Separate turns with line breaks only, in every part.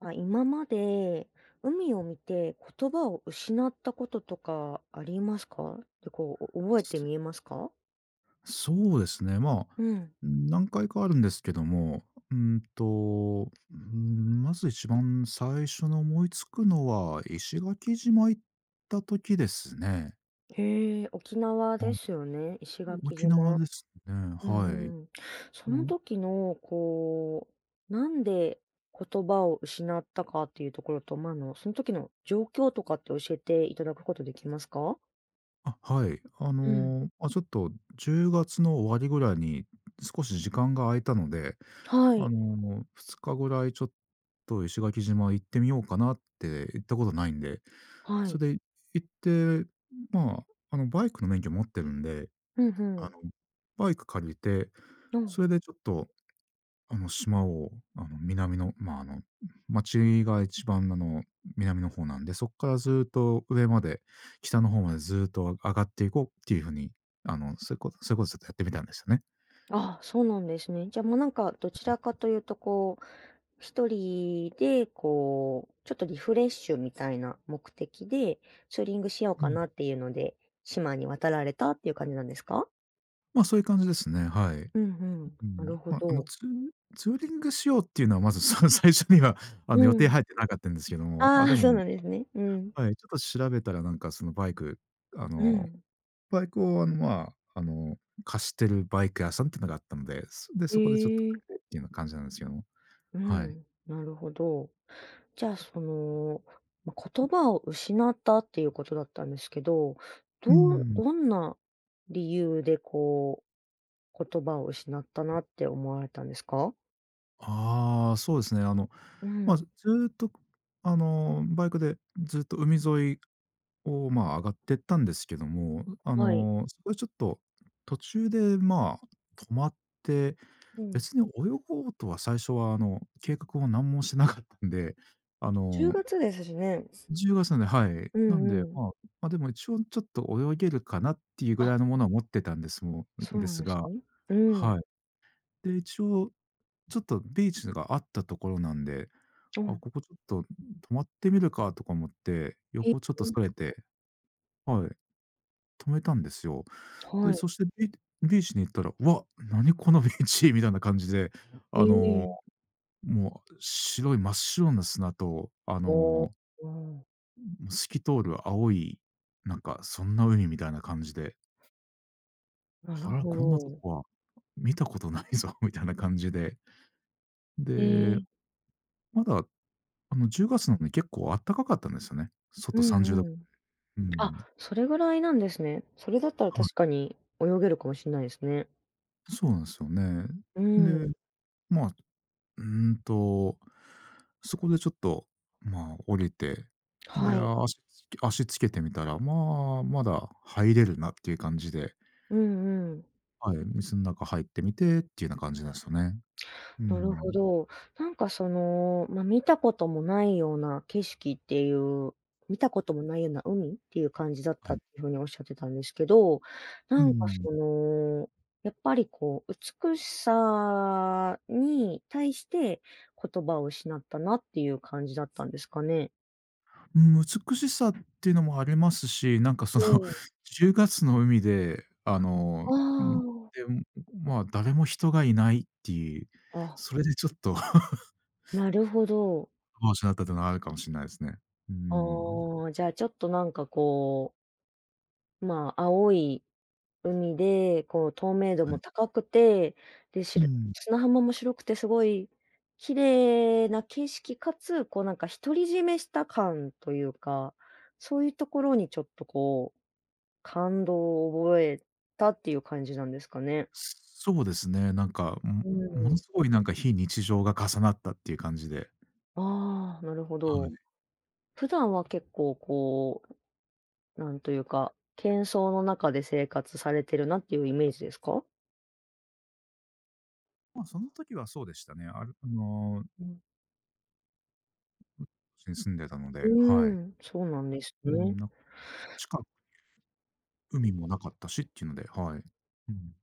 あ、今まで海を見て言葉を失ったこととかありますか？で、こう、お覚えて
そ
見えますか？
そうですね。まあ、
うん。
何回かあるんですけども、うーんと、まず一番最初の思いつくのは、石垣島行った時ですね。
へえ、沖縄です
あ。
よね、石垣
沖縄
島。
ですね、
うん
はい。
うん。その時の、こう、なんで言葉を失ったかっていうところと、まあ、その時の状況とかって教えていただくことできますか？
あ、はい。
うん。
まあ、ちょっと10月の終わりぐらいに少し時間が空いたので、
はい、
2日ぐらいちょっと石垣島行ってみようかなって行ったことないんで、
は
そ
い。
れで行って、まあ、バイクの免許持ってるんで、
うん、う
あの、
ん。
バイク借りて、
うん。
それでちょっと島を、南の、まあ、町が一番、南の方なんで、そっからずっと上まで、北の方までずっと上がっていこうっていう風に、そういうことそういうことちょっとやってみたんですよね。
ああ、そうなんですね。じゃ、もうなんかどちらかというとこう一人で、こう、ちょっとリフレッシュみたいな目的で、ツーリングしよう
う
か
ん。
なっていうので、島に渡られたっていう感じなんですか？
ま、そういう感じですね、はい。
うんう
う
ん。な
ん。
るほ
まあ、
ど。
ツーリングしようっていうのはまず、最初には、
う
予定
ん。
入ってなかったんですけども、あ、
あ
で
あ、そ
も、
うなんですね。うん。
はい、ちょっと調べたらなんか、あ
う
の
ん。
バイクを、あ、あの、貸してるバイク屋さんっていうのがあったので、
え
そこでちょっと
え。
借りてっていうような感じなんですけども、
う
はい。
ん、なるほど。じゃあ、その、ま、言葉を失ったっていうことだったんですけど、
うー
どう
ん。
どんな理由でこう、言葉を失ったなって思われたんですか？
ああ、そうですね。
う
ま、ず
ん。
っと、バイクでずっと海沿いを、まあ、上がってったんですけども、
はい。
そこでちょっと途中で、まあ、止まって、
うん。
別に泳ごうとは最初は、計画を何もしてなかったんで、あ
10
の
月ですしね。
10月なんで、はい。
う
なん
んう
で、
ん。
まあ、ま、でも一応ちょっと泳げるかなっていうぐ
あ、
らいのものは持ってたんですも
そ
ん
う
で
なん
す
です
が、
ね。うん。
はい。で、一応ちょっとビーチがあったところなんで、
う
あ、
ん。
ここちょっと泊まってみるかとか思って、
ええ、
横ちょっとそれて、はい、泊めたんですよ。
は
で、
い。
そしてビーチに行ったら、わ、何このビーチみたいな感じで、
え
あの、
え。
もう白い真っ白な砂と、
おお、うん、
もう透き通る青い、なんかそんな海みたいな感じで、
なる
あら、
ほ
こんなと
ど。
こは見たことないぞ みたいな感じで、
え
で、
え、
まだあの10月なのに結構あったかかったんですよね。
う
外30度。
んうん。
う
あ、
ん。
それぐらいなんですね。それだったら
は
確
い。
かに泳げるかもしんないですね。
そうなんですよね。
う
で、
ん。
まあ、うーんと、そこでちょっと、まあ、降りて、で、
はい。
足つけてみたら、まあ、まだ入れるなっていう感じで、
うんうん。
はい、水の中入ってみてっていうような感じなんですよね。う
なるほ
ん。
ど。なんかその、まあ、見たこともないような景色っていう、見たこともないような海っていう感じだっ
は
たっ
い。
ていうふうにおっしゃってたんですけど、
う
なんか
ん。
その、やっぱりこう、美しさに対して言葉を失ったなっていう感じだったんですかね？
うん、美しさっていうのもありますし、なんかその
うん。
10 月の海で、
あ
うん、で、
あ。
まあ、誰も人がいないっていう、
あ、
それでちょっと
なるほど。
ましなったっていうのはあるかもしれないですね。うん。
ああ、じゃあちょっとなんかこうまあ、青い海で、こう透明度
は
も
い。
高くて、で、し
う
る
ん。
砂浜も白くてすごい綺麗な景色かつ、こうなんか独り占めした感というか、そういうところにちょっとこう、感動を覚えたっていう感じなんですかね。
そうですね、なんか、も
う
もの
ん。
すごいなんか非日常が重なったっていう感じで。
ああ、なるほ
は
ど。
い。
普段は結構こう、なんというか、喧騒の中で生活されてるなっていうイメージですか？
まあ、その時はそうでしたね。ある
うん。
に住んでたの
う
で、は
ー
い。
ん、そうなんです
う
ね。
ん、なんか近く海もなかったしっていうので、はい。うん。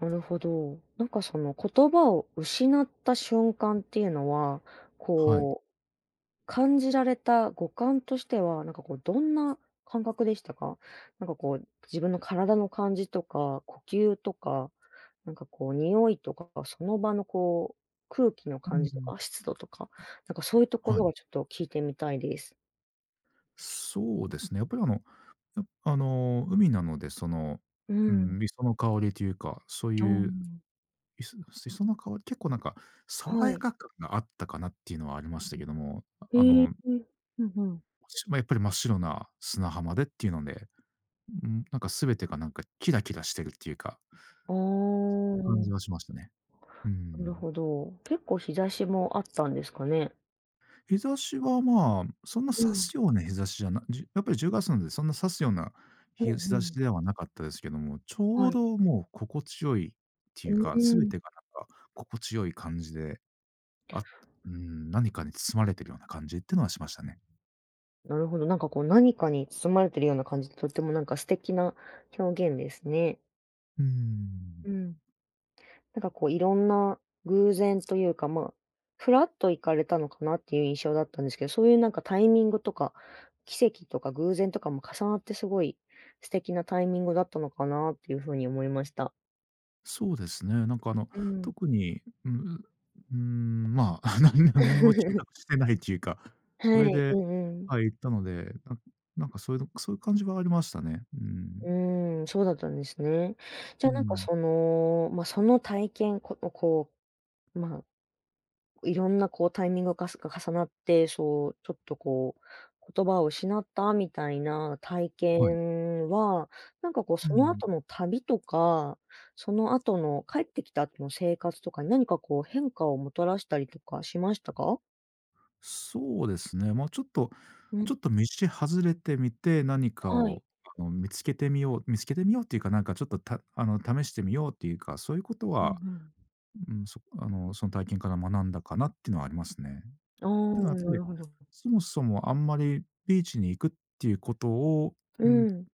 なるほど。なんかその言葉を失った瞬間っていうのは、
はい。
こう、感じられた五感としては、なんかこう、どんな感覚でしたか？なんかこう、自分の体の感じとか、呼吸とか、なんかこう、匂いとか、その場のこう、空気の
う
感じと
ん。
か、湿度とか、なんかそういうとこ
は
ろ
い。
がちょっと聞いてみたいです。
そうですね。やっぱりやあの、海なので、
う
う
ん。
ん、磯の香りというか、そう
あー
いう、磯磯の香り、結構なんか
は
爽や
い。
か感があったかなっていうのはありましたけども、
へ
あ
えー。
の、
うんうん。
やっぱり真っ白な砂浜でっていうので、うん、なんか全てがなんかキラキラしてるっていうか、
あ
感じ
あ。
はしましたね。う
なる
ん。
ほど。結構日差しもあったんですかね？
日差しは、まあ、そんな
う
刺
ん。
すような日差しじゃなじやっぱり10月なんで、そんな刺すような
うん
ひ日
う
差し
ん。
ではなかったですけども、ちょ
は
う
い。
どもう心地よいって
う
いう
ー
か、全
ん。
てがなんか心地よい感じで、あ何かに包まれてるような感じってのはしましたね。
なるほど。なんかこう何かに包まれてるような感じで、とってもなんか素敵な表現ですね。
うーん。
うん。なんかこういろんな偶然というか、まあ、ふらっと行かれたのかなっていう印象だったんですけど、そういうなんかタイミングとか、奇跡とか偶然とかも重なってすごい素敵なタイミングだったのかなっていう風に思いました。
そうですね。なんか、
うん。
特に、うん、まあ、何も計画 してないっていうか、そ
は
れ
い。う
で、
んうん。
はい、行ったので、なんかそういうのそういう感じはありましたね。う
う
ん。
ーん、そうだったんですね。じ
う
ゃあなんか
ん。
その、まあ、その体験、こまこう、まあ、いろんなこうタイミングが重なって、そう、ちょっとこう、言葉を失ったみたいな体
はい。
験は、なんかこう
う
その
ん。
後の旅とか、その後の帰ってきた後の生活とかに何かこう変化をもたらしたりとかしましたか？
そうですね、まあ、ちょっと
うん、
ちょっと道外れてみて、何か
は
を
い。
見つけてみよう見つけてみようっていうか、なんかちょっとたあの、試してみようっていうか、そういうこと
うんう
は、
ん。
うん、その体験から学んだかなっていうのはありますね。っ
あ
ていうのは
あ、
やっ
な
ぱり、
るほど。
そもそもあんまりビーチに行くっていうことを、
う
うん、
ん、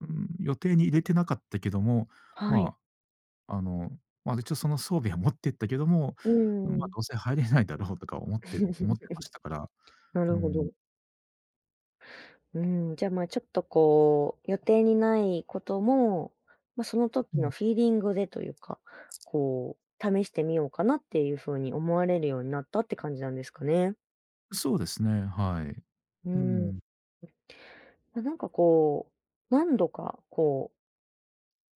うん、予定に入れてなかったけども、
はい。
まあ、まあ、一応その装備は持ってったけども、
う
まあ、
ん。
どうせ入れないだろうとか思ってまし たから
な
う
るほ
ん。
ど。うん、じゃあ、まあ、ちょっとこう、予定にないことも、まあ、その
う
時の
ん、
フィーリングでというか、こう、試してみようかなっていう風に思われるようになったって感じなんですかね。
そうですね、はい。
う
う
ん。
ん。
ま、なんかこう、何度か、こう、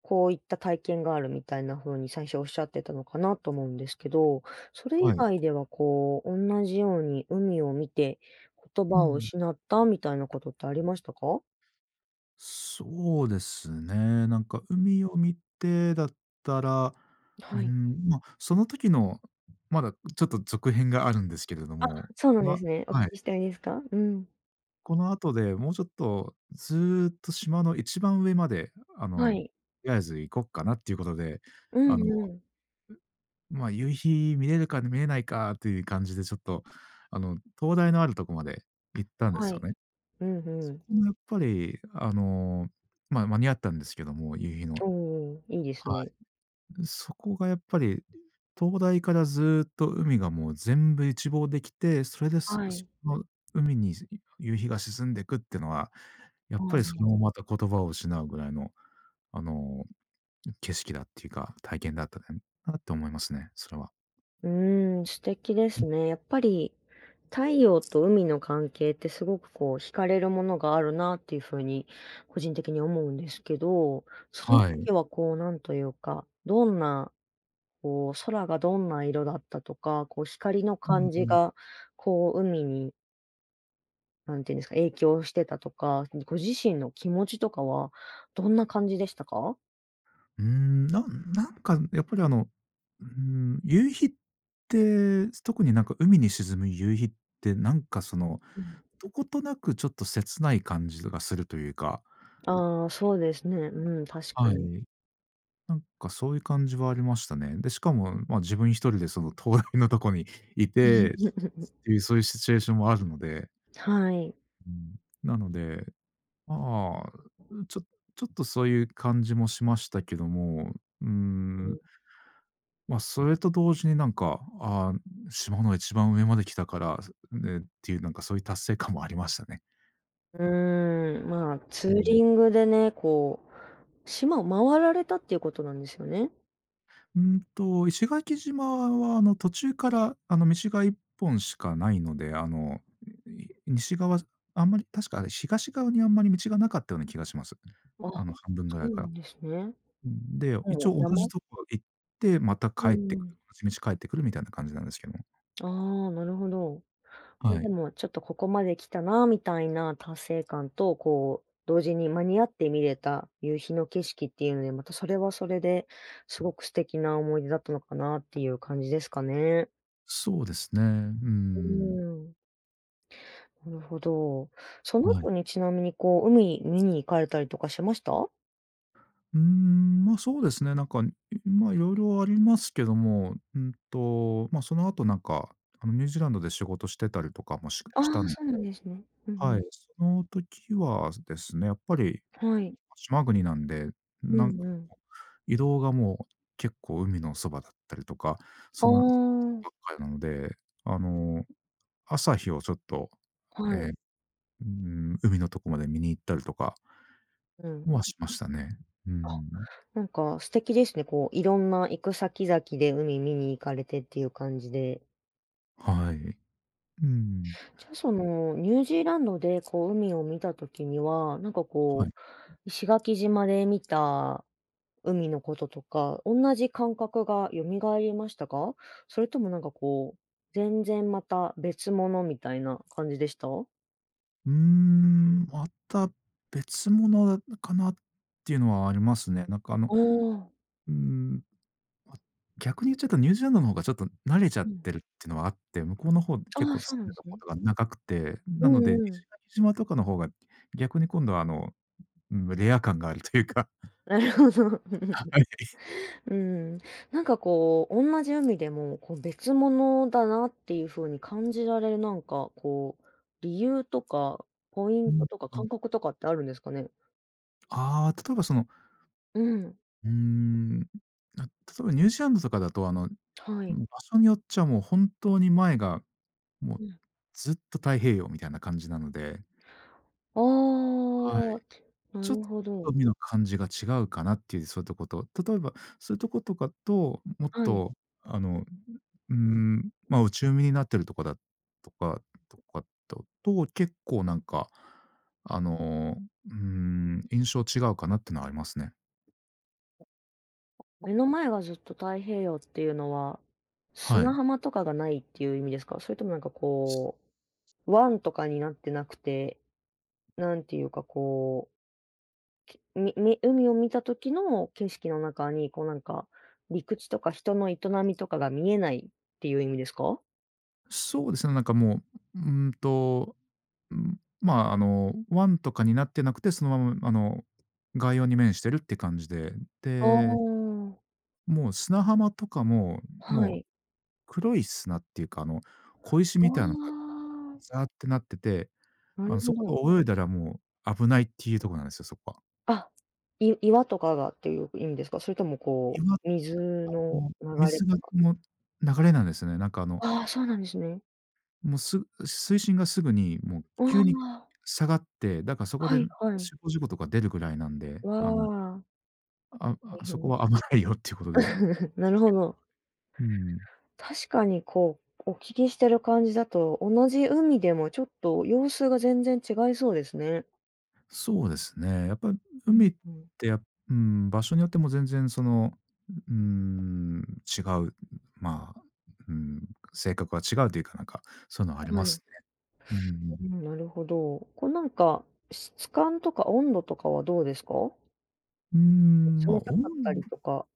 こういった体験があるみたいな風に最初おっしゃってたのかなと思うんですけど、それ以
はい。
外ではこう、同じように海を見て言
う
葉を
ん。
失ったみたいなことってありましたか？
そうですね、なんか海を見てだったら、
はい。
ま、その時の、まだちょっと続編があるんですけれど
あ、
も、
そうなんで
ま
すね。お聞
はい、
きしたいいですか？うん。
この後でもうちょっとずっと島の一番上まで、
は
と
い。
りあえず行こっかなっていうことで、
う
あ
ん
の、
うん。
ま、夕日見れるか見れないかっていう感じでちょっと、灯台のあるとこまで行ったんで
は
すよ
い。
ね。
うんう
そ
ん。
こもやっぱり、ま、間に合ったんですけども、夕日の。
おお、いいです
は
ね。
い。そこがやっぱり、灯台からずっと海がもう全部一望できて、それです、
は
そ
い。
の海に夕日が沈んでくってのは、や
あ
っ
あ、
ぱりそれもまた言葉を失うぐらいの、あの、景色だっていうか、体験だったなって思いますね、それは。
うーん、素敵で
うん
すね。やっぱり太陽と海の関係ってすごくこう惹かれるものがあるなっていうふうに個人的に思うんですけど、その
はい。
時はこうなんというか、どんなこう空がどんな色だったとか、こう光の
うん
感
う
じ
ん。
がこう海になんていうんですか、影響してたとか、ご自身の気持ちとかはどんな感じでしたか？
うーん、なんかやっぱり夕日って、特になんか海に沈む夕日って、なんか
うん。
どことなくちょっと切ない感じがするというか、
ああ、そうですね。うん、確か
は
に。
い。なんかそういう感じはありましたね。で、しかも、ま、自分一人でその灯台のとこにいて、っ ていうそういうシチュエーションもあるので、
はい。
うん、なのでああ、ちょちょっとそういう感じもしましたけども、うー
う
ん。
ん
まあ、それと同時になんか、ああ、島の一番上まで来たから、ね、っていうなんかそういう達成感もありましたね。
うーん、まあ、ツ
う
ーリ
ん。
ングでね、こう、島を回られたっていうことなんですよね？
石垣島は途中から道が一本しかないので、西側あんまり確かあれ東側にあんまり道がなかったような気がします。あ
あ、
の半分
そ
ぐらい
う
か
な
ら。
んですね。
うん、で、一
もう
応同
山
じとこ行って、また
う
帰ってく
ん。
る、同じ道帰ってくるみたいな感じなんですけど。
ああ、なるほど。まあ、
は
で
い。
もちょっとここまで来たなみたいな達成感と、こう、同時に間に合って見れた夕日の景色っていうので、またそれはそれで、すごく素敵な思い出だったのかなっていう感じですかね。
そうですね。う
うー
ん。
ん、なるほど。その
は
後
い。
にちなみにこう、海見に行かれたりとかしました？
ま、そうですね、なんか、ま、いろいろありますけども、ま、その後なんか、ニュージーランドで仕事してたりとかもし
ああ
した
ー、
ん
そうなんですね。うんう
は
ん。
い、その時はですね、やっぱり
はい。
島国なんで、
う
なんか
んうん。
移動がもう結構海のそばだったりとか、
あ
そ
あ、
のばっかりなので、あの、朝日をちょっと、え
はい。
え、うん、海のとこまで見に行ったりとか
うん。
はしましたね。うーん。
なんか素敵ですね。こう、いろんな行く先々で海見に行かれてっていう感じで。
はい。うん、
じゃあ、その、ニュージーランドでこう、海を見た時には、なんか
は
こ
い。
う、石垣島で見た海のこととか、同じ感覚が蘇りましたか？それともなんかこう、全然また別物みたいな感じでした？あ
うーん、また別物かなっていうのはありますね。なんか
あ、
うーんま、逆に言っちゃうとニュージーランドの方がちょっと慣れちゃ
う
っ
ん。
てるっていうのはあって、向こうの方結
ああ、
構
そう
住
な
ん
ん
で
で
た
す
こ
ね。
とが長くて、
う
なので、石
んうん。
垣島とかの方が逆に今度はうん、レア感があるというか。
なるほど。
あ、はい。
うん、なんかこう、同じ海でも、こう、別物だなっていう風に感じられる、なんかこう、理由とか、ポイ
う
ント
ん
とか
うん。
感覚とかってあるんですかね？
ああ、例えば
うん、
うーん、例えばニュージーランドとかだと
は
場
い。
所によっちゃもう本当に前が、もう
うん。
ずっと太平洋みたいな感じなので、
あ
はい。
あ、な
ちょっ
るほど。
と目の感じが違うかなっていう、そういったこと。例えば、そういうとことかと、もっ
はい。
と、あの、まあ、内海になってるとかだとかとかとと、結構なんか、あの、印象違うかなってのはありますね。
目の前がずっと太平洋っていうのは、
は
砂
い。
浜とかがないっていう意味ですか？それともなんかこう、湾とかになってなくて、なんていうかこうきみみ海を見た時の景色の中に、こうなんか、陸地とか人の営みとかが見えないっていう意味ですか？
そうですね、なんかもう、まあ、ワンとかになってなくて、そのまま、概要に面してるって感じで、
ああ、
で、もう砂浜とかも、
は
もう
い。
黒い砂っていうか、小石みたいなのが
ああ。
ザーってなってて、
なるほ
そこ
ど。
で泳いだらもう危ないっていうとこなんですよ、そこは。
あ、岩とかがっていう意味ですか？それともこ
岩
う、水の
の
流れ
水
と
が
か。
の流れなんですね。なんか
ああ、そうなんですね。
もう水深がすぐにもう
あ
急に
あ、
下がって、だからそこで
はいはい。
死亡事故とか出るぐらいなんで、
わあ、
あ
大
あそ
変
こ
だ。
は危ないよっていうことで。
なるほど。
うん。
確かにこう、お聞きしてる感じだと、同じ海でもちょっと様子が全然違いそうですね。
そうですね。やっぱり
う
海
ん
っ
うん。
てうん、場所によっても全然うん、違う、まあ、うん、性格は違うというか、なんか、そういうのはあり
は
ま
い。
すね。うんうん。
うん、なるほど。こうなんか、質感とか温度とかはどうですか？
まあ、
冷たかったりとか、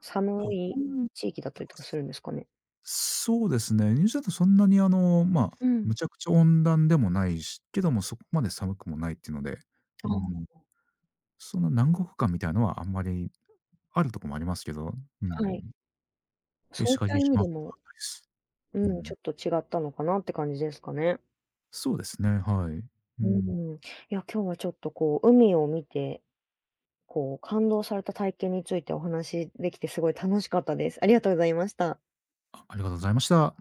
寒い
温は、
地域だったりとかするんですかね？
そうですね。ニュージーランドそんなにまあ、
うん。
むちゃくちゃ温暖でもないし、けどもそこまで寒くもないっていうので、う
あ
ん、そんな南国感みたいのはあんまりあるとこもありますけど、うん、
あ、はい。そうい
石
った
垣
意味
島ほ
で
どは
も、
ないです。
う
う
ん、ち
ん。
ょっと違ったのかなって感じですかね。
そうですね、はい。う
う
ん。
ん。いや、今日はちょっとこう、海を見てこう、感動された体験についてお話できてすごい楽しかったです。ありがとうございました。
ありがとうございました。